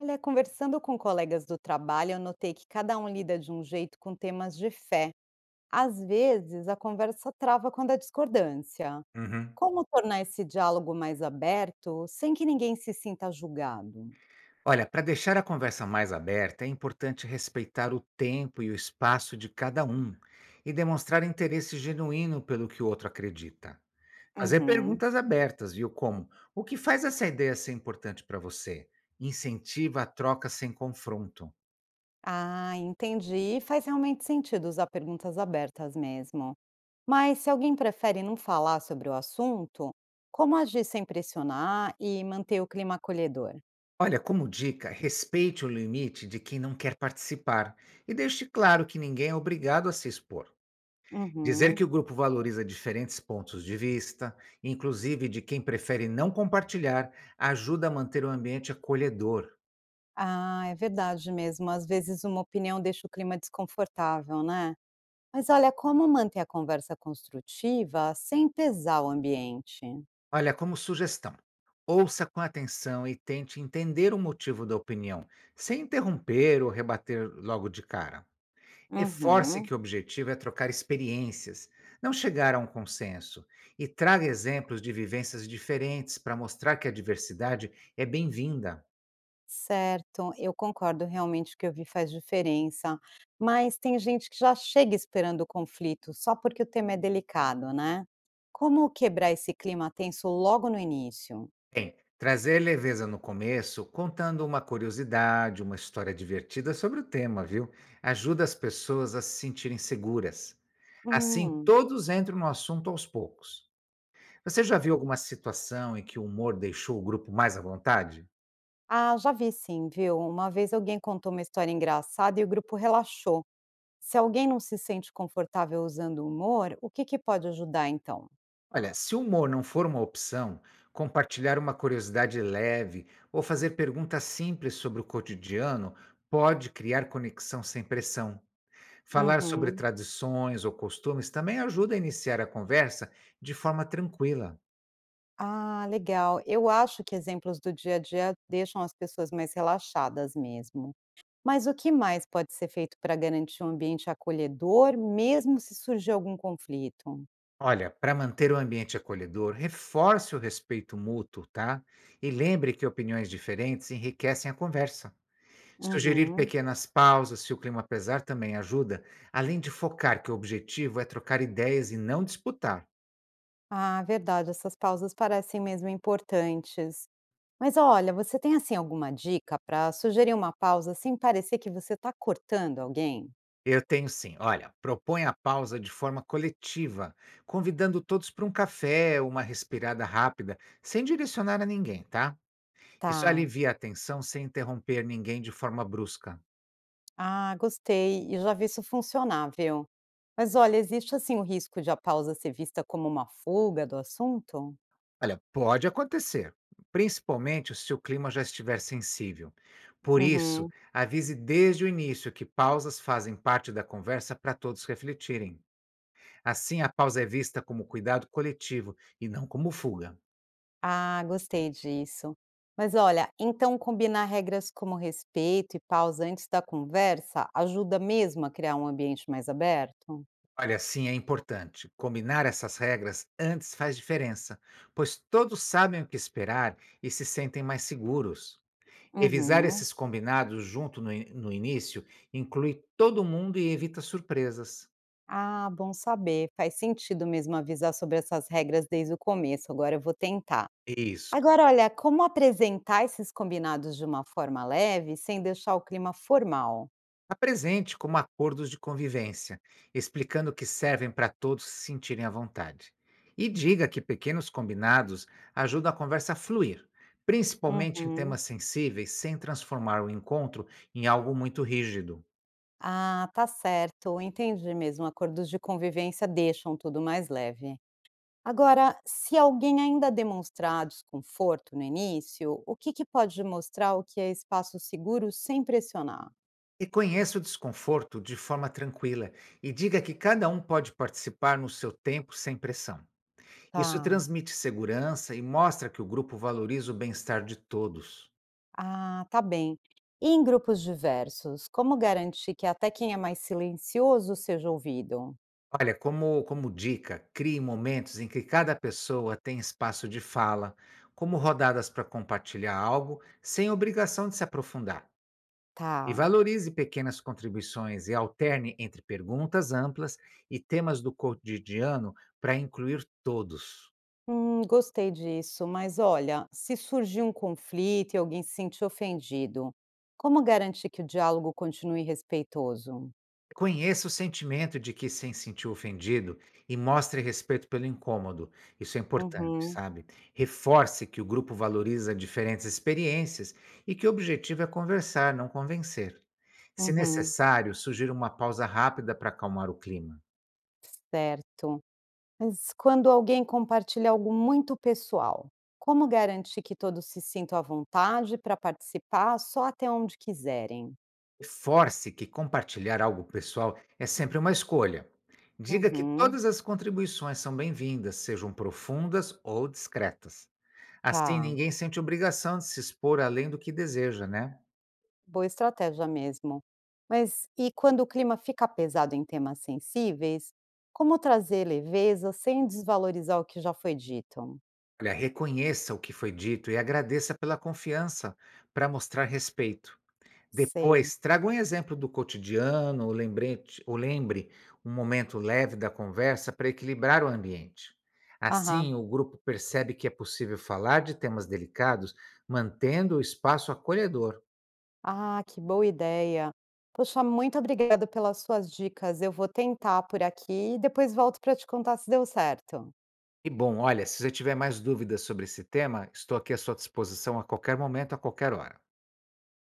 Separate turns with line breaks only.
Olha, conversando com colegas do trabalho, eu notei que cada um lida de um jeito com temas de fé. Às vezes, a conversa trava quando há discordância.
Uhum.
Como tornar esse diálogo mais aberto sem que ninguém se sinta julgado?
Olha, para deixar a conversa mais aberta, é importante respeitar o tempo e o espaço de cada um e demonstrar interesse genuíno pelo que o outro acredita. Fazer
Uhum.
perguntas abertas, viu? Como: o que faz essa ideia ser importante para você? Incentiva a troca sem confronto.
Ah, entendi. Faz realmente sentido usar perguntas abertas mesmo. Mas se alguém prefere não falar sobre o assunto, como agir sem pressionar e manter o clima acolhedor?
Olha, como dica, respeite o limite de quem não quer participar e deixe claro que ninguém é obrigado a se expor. Dizer
Uhum.
que o grupo valoriza diferentes pontos de vista, inclusive de quem prefere não compartilhar, ajuda a manter o ambiente acolhedor.
Ah, é verdade mesmo. Às vezes uma opinião deixa o clima desconfortável, né? Mas olha, como manter a conversa construtiva sem pesar o ambiente?
Olha, como sugestão, ouça com atenção e tente entender o motivo da opinião, sem interromper ou rebater logo de cara. Reforce
Uhum.
que o objetivo é trocar experiências, não chegar a um consenso, e traga exemplos de vivências diferentes para mostrar que a diversidade é bem-vinda.
Certo, eu concordo realmente que ouvir faz diferença, mas tem gente que já chega esperando o conflito só porque o tema é delicado, né? Como quebrar esse clima tenso logo no início?
Bem, trazer leveza no começo, contando uma curiosidade, uma história divertida sobre o tema, viu? Ajuda as pessoas a se sentirem seguras. Assim,
Hum,
todos entram no assunto aos poucos. Você já viu alguma situação em que o humor deixou o grupo mais à vontade?
ah, já vi sim, viu? Uma vez alguém contou uma história engraçada e o grupo relaxou. Se alguém não se sente confortável usando o humor, o que que pode ajudar então?
Olha, se o humor não for uma opção, compartilhar uma curiosidade leve ou fazer perguntas simples sobre o cotidiano pode criar conexão sem pressão. Falar sobre
Uhum.
tradições ou costumes também ajuda a iniciar a conversa de forma tranquila.
Ah, legal. Eu acho que exemplos do dia a dia deixam as pessoas mais relaxadas mesmo. Mas o que mais pode ser feito para garantir um ambiente acolhedor, mesmo se surgir algum conflito?
Olha, para manter o ambiente acolhedor, reforce o respeito mútuo, tá? E lembre que opiniões diferentes enriquecem a conversa. Sugerir
Uhum.
pequenas pausas se o clima pesar também ajuda, além de focar que o objetivo é trocar ideias e não disputar.
Ah, verdade, essas pausas parecem mesmo importantes. Mas olha, você tem assim alguma dica para sugerir uma pausa sem parecer que você está cortando alguém?
Eu tenho sim. Olha, propõe a pausa de forma coletiva, convidando todos para um café, uma respirada rápida, sem direcionar a ninguém, tá? Isso
Tá.
alivia a tensão sem interromper ninguém de forma brusca.
Ah, gostei. E já vi isso funcionar, viu? Mas olha, existe assim o risco de a pausa ser vista como uma fuga do assunto?
Olha, pode acontecer, principalmente se o clima já estiver sensível. Por isso,
Uhum.
avise desde o início que pausas fazem parte da conversa para todos refletirem. Assim, a pausa é vista como cuidado coletivo e não como fuga.
Ah, gostei disso. Mas olha, então combinar regras como respeito e pausa antes da conversa ajuda mesmo a criar um ambiente mais aberto?
Olha, sim, é importante. Combinar essas regras antes faz diferença, pois todos sabem o que esperar e se sentem mais seguros. Revisar
Uhum.
esses combinados junto no início inclui todo mundo e evita surpresas.
Ah, bom saber. Faz sentido mesmo avisar sobre essas regras desde o começo. Agora eu vou tentar.
Isso.
Agora olha, como apresentar esses combinados de uma forma leve, sem deixar o clima formal?
Apresente como acordos de convivência, explicando que servem para todos se sentirem à vontade. E diga que pequenos combinados ajudam a conversa a fluir, principalmente em
Uhum.
temas sensíveis, sem transformar o encontro em algo muito rígido.
Ah, tá certo, entendi mesmo, acordos de convivência deixam tudo mais leve. Agora, se alguém ainda demonstrar desconforto no início, o que que pode mostrar o que é espaço seguro sem pressionar?
Reconheça o desconforto de forma tranquila e diga que cada um pode participar no seu tempo sem pressão. Isso
Tá.
transmite segurança e mostra que o grupo valoriza o bem-estar de todos.
Ah, tá bem. E em grupos diversos, como garantir que até quem é mais silencioso seja ouvido?
Olha, como dica, crie momentos em que cada pessoa tem espaço de fala, como rodadas para compartilhar algo, sem obrigação de se aprofundar. E
Tá.
valorize pequenas contribuições e alterne entre perguntas amplas e temas do cotidiano para incluir todos.
Gostei disso, mas olha, se surgir um conflito e alguém se sentir ofendido, como garantir que o diálogo continue respeitoso?
Conheça o sentimento de que se sentiu ofendido e mostre respeito pelo incômodo. Isso é importante,
Uhum,
sabe? Reforce que o grupo valoriza diferentes experiências e que o objetivo é conversar, não convencer. Se
uhum,
necessário, sugira uma pausa rápida para acalmar o clima.
certo. Mas quando alguém compartilha algo muito pessoal, como garantir que todos se sintam à vontade para participar só até onde quiserem?
Force que compartilhar algo pessoal é sempre uma escolha. Diga que
Uhum,
todas as contribuições são bem-vindas, sejam profundas ou discretas. Assim,
tá.
ninguém sente obrigação de se expor além do que deseja, né?
Boa estratégia mesmo. Mas e quando o clima fica pesado em temas sensíveis, como trazer leveza sem desvalorizar o que já foi dito?
Olha, reconheça o que foi dito e agradeça pela confiança para mostrar respeito.
Sei.
Depois, traga um exemplo do cotidiano ou, ou lembre um momento leve da conversa para equilibrar o ambiente.
Aham.
Assim, o grupo percebe que é possível falar de temas delicados, mantendo o espaço acolhedor.
Ah, que boa ideia. Poxa, muito obrigada pelas suas dicas. Eu vou tentar por aqui e depois volto para te contar se deu certo.
E bom, olha, se você tiver mais dúvidas sobre esse tema, estou aqui à sua disposição a qualquer momento, a qualquer hora.